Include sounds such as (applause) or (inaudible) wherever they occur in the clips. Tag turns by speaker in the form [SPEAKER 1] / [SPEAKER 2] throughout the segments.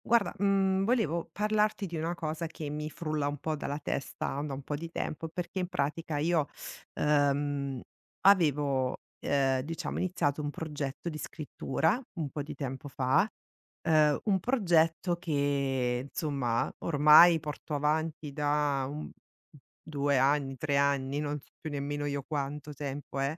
[SPEAKER 1] Guarda, volevo parlarti di una cosa che mi frulla un po' dalla testa da un po' di tempo, perché in pratica io, ehm, avevo, diciamo iniziato un progetto di scrittura un po' di tempo fa un progetto che insomma ormai porto avanti da un 2 anni, 3 anni, non so più nemmeno io quanto tempo è,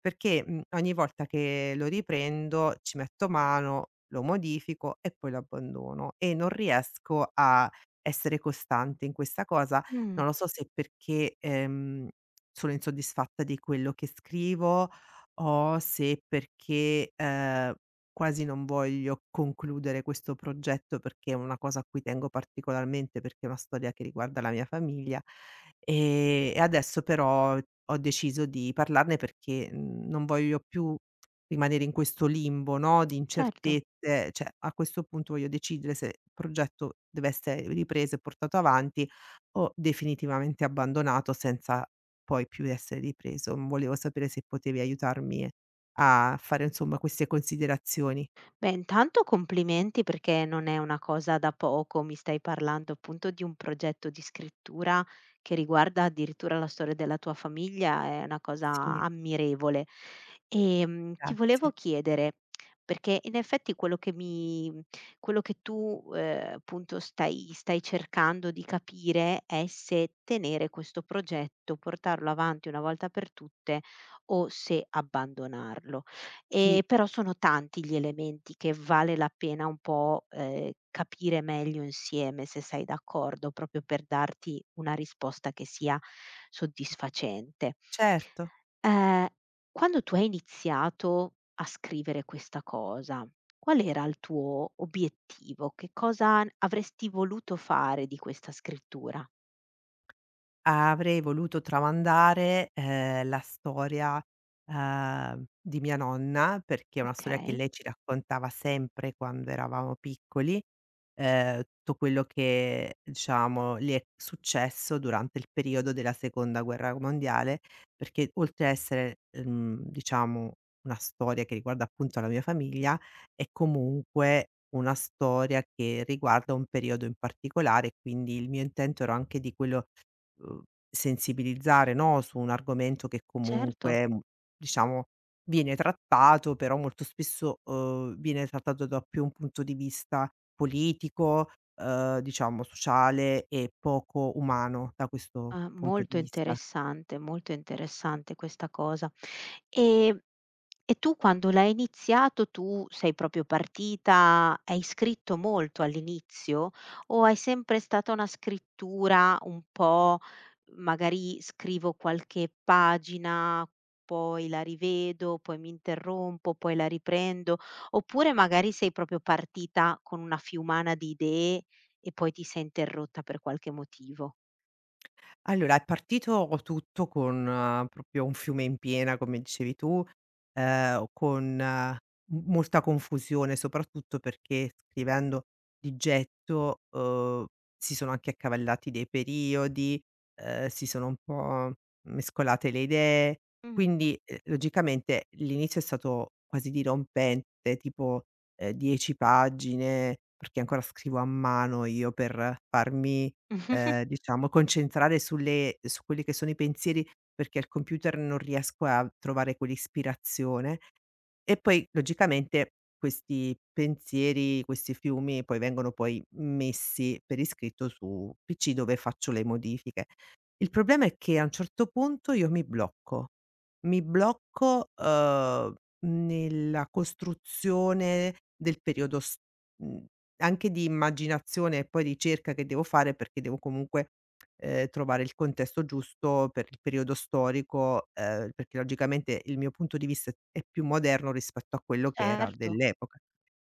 [SPEAKER 1] perché, ogni volta che lo riprendo ci metto mano, lo modifico e poi lo abbandono e non riesco a essere costante in questa cosa.
[SPEAKER 2] Mh,
[SPEAKER 1] Non lo so se perché, sono insoddisfatta di quello che scrivo o se perché, quasi non voglio concludere questo progetto perché è una cosa a cui tengo particolarmente, perché è una storia che riguarda la mia famiglia. E adesso però ho deciso di parlarne perché, non voglio più rimanere in questo limbo, no, di
[SPEAKER 2] certo.
[SPEAKER 1] incertezze, cioè a questo punto voglio decidere se il progetto deve essere ripreso e portato avanti o definitivamente abbandonato senza poi più essere ripreso. Volevo sapere se potevi aiutarmi a fare insomma queste considerazioni.
[SPEAKER 2] Beh, intanto complimenti perché non è una cosa da poco, mi stai parlando appunto di un progetto di scrittura che riguarda addirittura la storia della tua famiglia, è una cosa
[SPEAKER 1] Sì,
[SPEAKER 2] ammirevole. Ti volevo
[SPEAKER 1] grazie.
[SPEAKER 2] chiedere, perché in effetti quello che tu, appunto stai cercando di capire è se tenere questo progetto, portarlo avanti una volta per tutte o se abbandonarlo.
[SPEAKER 1] Sì,
[SPEAKER 2] Però sono tanti gli elementi che vale la pena un po', capire meglio insieme, se sei d'accordo, proprio per darti una risposta che sia soddisfacente.
[SPEAKER 1] certo.
[SPEAKER 2] Ehm, Quando tu hai iniziato a scrivere questa cosa, qual era il tuo obiettivo? Che cosa avresti voluto fare di questa scrittura?
[SPEAKER 1] Avrei voluto tramandare, la storia, di mia nonna, perché è una storia che
[SPEAKER 2] Okay,
[SPEAKER 1] lei ci raccontava sempre quando eravamo piccoli, tutto quello che diciamo le è successo durante il periodo della seconda guerra mondiale, perché oltre a essere, diciamo una storia che riguarda appunto la mia famiglia, è comunque una storia che riguarda un periodo in particolare, quindi il mio intento era anche di quello uhm, sensibilizzare, no, su un argomento che
[SPEAKER 2] certo.
[SPEAKER 1] comunque, diciamo viene trattato, però molto spesso, viene trattato da più un punto di vista politico, diciamo sociale e poco umano da questo
[SPEAKER 2] Ah,
[SPEAKER 1] punto di vista.
[SPEAKER 2] molto interessante questa cosa. E tu quando l'hai iniziato, tu sei proprio partita hai scritto molto all'inizio, o è sempre stata una scrittura un po' magari scrivo qualche pagina, poi la rivedo, poi mi interrompo, poi la riprendo, oppure magari sei proprio partita con una fiumana di idee e poi ti sei interrotta per qualche motivo?
[SPEAKER 1] Allora, è partito tutto con proprio un fiume in piena, come dicevi tu, con m molta confusione, soprattutto perché scrivendo di getto, si sono anche accavallati dei periodi, si sono un po' mescolate le idee,
[SPEAKER 2] Mh.
[SPEAKER 1] quindi, logicamente l'inizio è stato quasi dirompente, tipo, 10 pagine, perché ancora scrivo a mano io per farmi. Ehm,
[SPEAKER 2] (laughs)
[SPEAKER 1] diciamo concentrare sulle su quelli che sono i pensieri, perché al computer non riesco a trovare quell'ispirazione e poi logicamente questi pensieri, questi fiumi poi vengono poi messi per iscritto su PC dove faccio le modifiche. Il problema è che a un certo punto io mi blocco. Mi blocco, nella costruzione del periodo mhmm, anche di immaginazione e poi ricerca che devo fare perché devo comunque trovare il contesto giusto per il periodo storico, perché logicamente il mio punto di vista è più moderno rispetto a quello che era
[SPEAKER 2] Certo.
[SPEAKER 1] dell'epoca.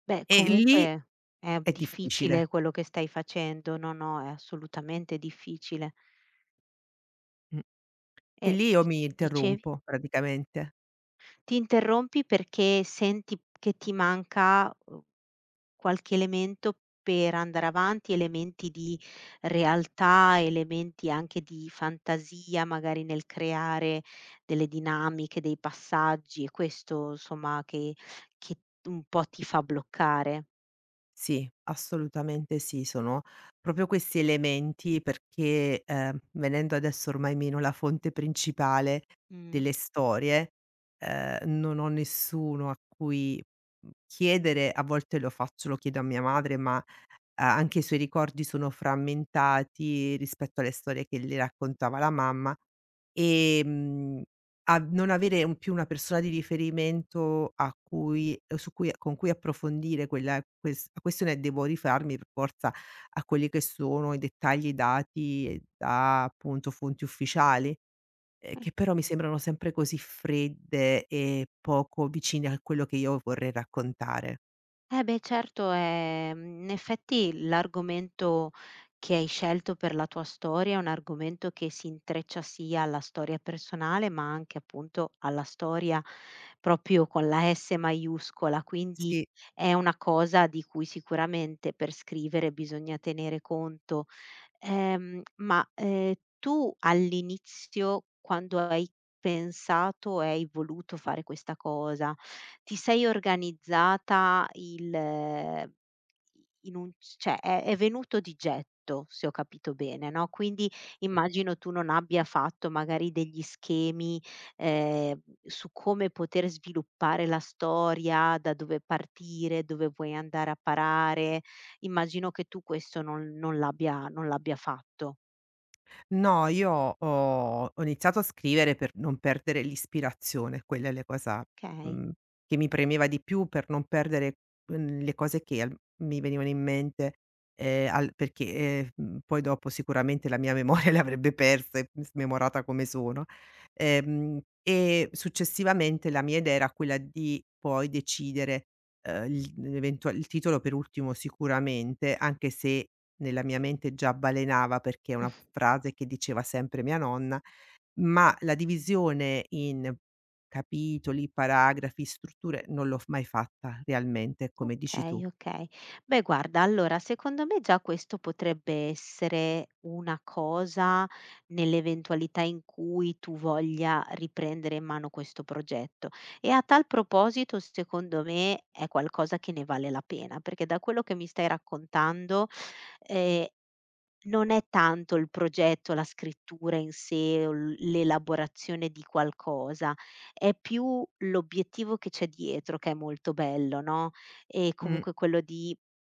[SPEAKER 2] Beh,
[SPEAKER 1] E lì
[SPEAKER 2] comunque è
[SPEAKER 1] è
[SPEAKER 2] difficile
[SPEAKER 1] difficile.
[SPEAKER 2] quello che stai facendo. No, no, è assolutamente difficile.
[SPEAKER 1] Mh. E
[SPEAKER 2] E
[SPEAKER 1] lì io
[SPEAKER 2] di
[SPEAKER 1] mi
[SPEAKER 2] Dicevi?
[SPEAKER 1] interrompo praticamente.
[SPEAKER 2] Ti interrompi perché senti che ti manca, qualche elemento per andare avanti, elementi di realtà, elementi anche di fantasia, magari nel creare delle dinamiche, dei passaggi, è questo, insomma, che un po' ti fa bloccare?
[SPEAKER 1] Sì, assolutamente sì, sono proprio questi elementi perché, venendo adesso ormai meno la fonte principale
[SPEAKER 2] Mh.
[SPEAKER 1] delle storie, non ho nessuno a cui, chiedere, a volte lo faccio, lo chiedo a mia madre, ma A anche i suoi ricordi sono frammentati rispetto alle storie che le raccontava la mamma, ehm, a non avere un più una persona di riferimento a cui su cui con cui approfondire quella questione, devo rifarmi per forza a quelli che sono i dettagli dati da, appunto, fonti ufficiali, che però mi sembrano sempre così fredde e poco vicine a quello che io vorrei raccontare.
[SPEAKER 2] Eh beh certo, in effetti l'argomento che hai scelto per la tua storia è un argomento che si intreccia sia alla storia personale, ma anche appunto alla storia proprio con la S maiuscola, quindi
[SPEAKER 1] Sì.
[SPEAKER 2] è una cosa di cui sicuramente per scrivere bisogna tenere conto. Tu all'inizio quando hai pensato e hai voluto fare questa cosa? Ti sei organizzata il in un c cioè è venuto di getto, se ho capito bene, no, quindi immagino tu non abbia fatto magari degli schemi, su come poter sviluppare la storia, da dove partire, dove vuoi andare a parare. Immagino che tu questo non l'abbia non l'abbia fatto.
[SPEAKER 1] No, io ho ho iniziato a scrivere per non perdere l'ispirazione, quella è la cosa,
[SPEAKER 2] Okay.
[SPEAKER 1] mhmm, che mi premeva di più per non perdere, le cose che al mi venivano in mente, poi dopo sicuramente la mia memoria (laughs) le avrebbe perse, smemorata come sono. E successivamente la mia idea era quella di poi decidere, il titolo per ultimo sicuramente, anche se nella mia mente già balenava perché è una
[SPEAKER 2] (laughs)
[SPEAKER 1] frase che diceva sempre mia nonna, ma la divisione in capitoli, paragrafi, strutture non l'ho f mai fatta realmente, come dici tu.
[SPEAKER 2] Okay, okay. Beh guarda, allora secondo me già questo potrebbe essere una cosa nell'eventualità in cui tu voglia riprendere in mano questo progetto e a tal proposito secondo me è qualcosa che ne vale la pena, perché da quello che mi stai raccontando, ehm non è tanto il progetto, la scrittura in sé o l'elaborazione di qualcosa, è più l'obiettivo che c'è dietro che è molto bello, no, e
[SPEAKER 1] Mh.
[SPEAKER 2] comunque quello di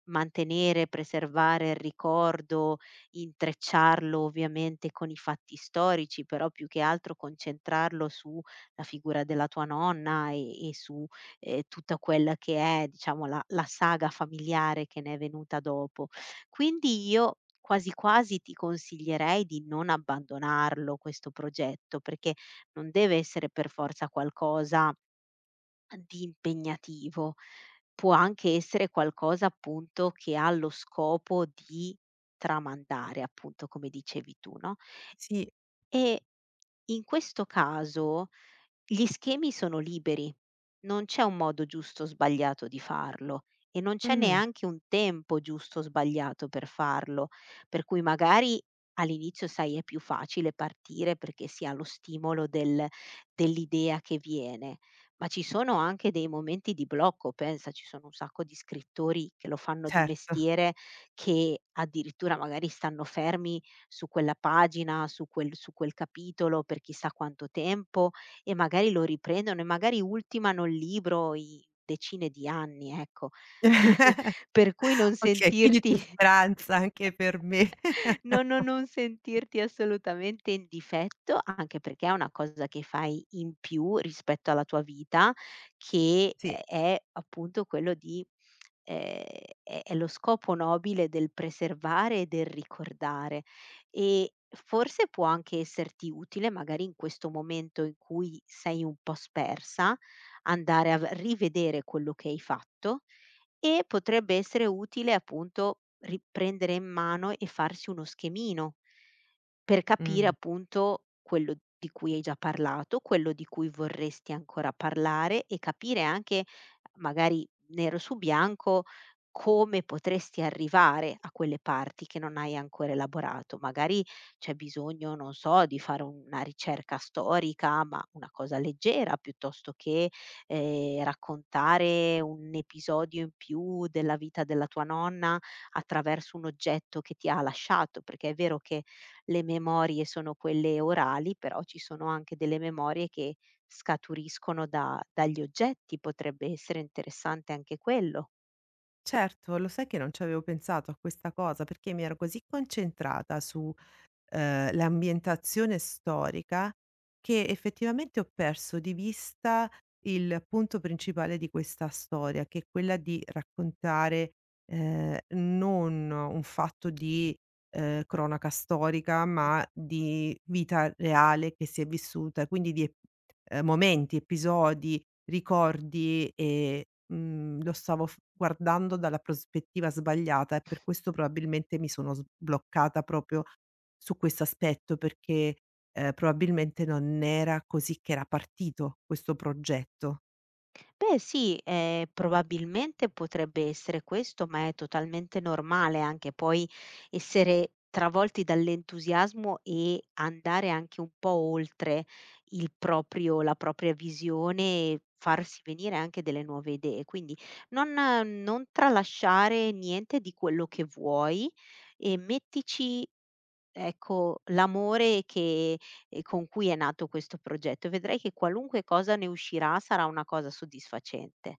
[SPEAKER 2] mantenere, preservare il ricordo, intrecciarlo ovviamente con i fatti storici, però più che altro concentrarlo sulla figura della tua nonna e su, tutta quella che è, diciamo, la saga familiare che ne è venuta dopo. Quindi io quasi quasi ti consiglierei di non abbandonarlo questo progetto, perché non deve essere per forza qualcosa di impegnativo, può anche essere qualcosa appunto che ha lo scopo di tramandare, appunto come dicevi tu, no?
[SPEAKER 1] Sì.
[SPEAKER 2] E in questo caso gli schemi sono liberi, non c'è un modo giusto o sbagliato di farlo e non c'è
[SPEAKER 1] Mh.
[SPEAKER 2] neanche un tempo giusto o sbagliato per farlo, per cui magari all'inizio, sai, è più facile partire perché si ha lo stimolo dell'idea che viene, ma ci sono anche dei momenti di blocco. Pensa, ci sono un sacco di scrittori che lo fanno di
[SPEAKER 1] Certo.
[SPEAKER 2] mestiere, che addirittura magari stanno fermi su quella pagina, su quel capitolo per chissà quanto tempo e magari lo riprendono e magari ultimano il libro in decine di anni, ecco. (laughs)
[SPEAKER 1] (laughs)
[SPEAKER 2] Per cui non
[SPEAKER 1] Okay, quindi c'è
[SPEAKER 2] sentirti
[SPEAKER 1] speranza anche per me. (laughs)
[SPEAKER 2] No, no, non sentirti assolutamente in difetto, anche perché è una cosa che fai in più rispetto alla tua vita, che
[SPEAKER 1] Sì.
[SPEAKER 2] è appunto quello di ehm, è lo scopo nobile del preservare e del ricordare. E forse può anche esserti utile, magari in questo momento in cui sei un po' spersa, andare a v rivedere quello che hai fatto e potrebbe essere utile appunto riprendere in mano e farsi uno schemino. Per capire
[SPEAKER 1] Mh.
[SPEAKER 2] appunto quello di cui hai già parlato, quello di cui vorresti ancora parlare e capire anche magari nero su bianco come potresti arrivare a quelle parti che non hai ancora elaborato. Magari c'è bisogno, non so, di fare una ricerca storica, ma una cosa leggera, piuttosto che raccontare un episodio in più della vita della tua nonna attraverso un oggetto che ti ha lasciato, perché è vero che le memorie sono quelle orali, però ci sono anche delle memorie che scaturiscono da dagli oggetti, potrebbe essere interessante anche quello.
[SPEAKER 1] Certo, lo sai che non ci avevo pensato a questa cosa, perché mi ero così concentrata su l'ambientazione storica, che effettivamente ho perso di vista il punto principale di questa storia, che è quella di raccontare, non un fatto di, cronaca storica, ma di vita reale che si è vissuta, quindi di ep momenti, episodi, ricordi e lo stavo f guardando dalla prospettiva sbagliata e per questo probabilmente mi sono sbloccata proprio su questo aspetto perché, probabilmente non era così che era partito questo progetto.
[SPEAKER 2] Beh sì, probabilmente potrebbe essere questo, ma è totalmente normale anche poi essere travolti dall'entusiasmo e andare anche un po' oltre il proprio la propria visione e farsi venire anche delle nuove idee. Quindi non non tralasciare niente di quello che vuoi e mettici, ecco, l'amore che con cui è nato questo progetto e vedrai che qualunque cosa ne uscirà sarà una cosa soddisfacente.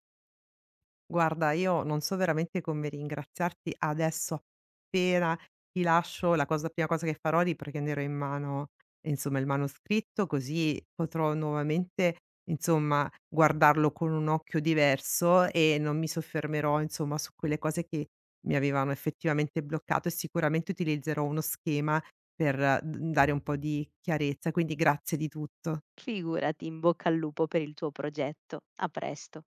[SPEAKER 1] Guarda, io non so veramente come ringraziarti adesso, appena ti lascio la cosa prima cosa che farò è riprenderò in mano, insomma, il manoscritto, così potrò nuovamente, insomma, guardarlo con un occhio diverso e non mi soffermerò, insomma, su quelle cose che mi avevano effettivamente bloccato e sicuramente utilizzerò uno schema per, d dare un po' di chiarezza. Quindi grazie di tutto.
[SPEAKER 2] Figurati, in bocca al lupo per il tuo progetto. A presto.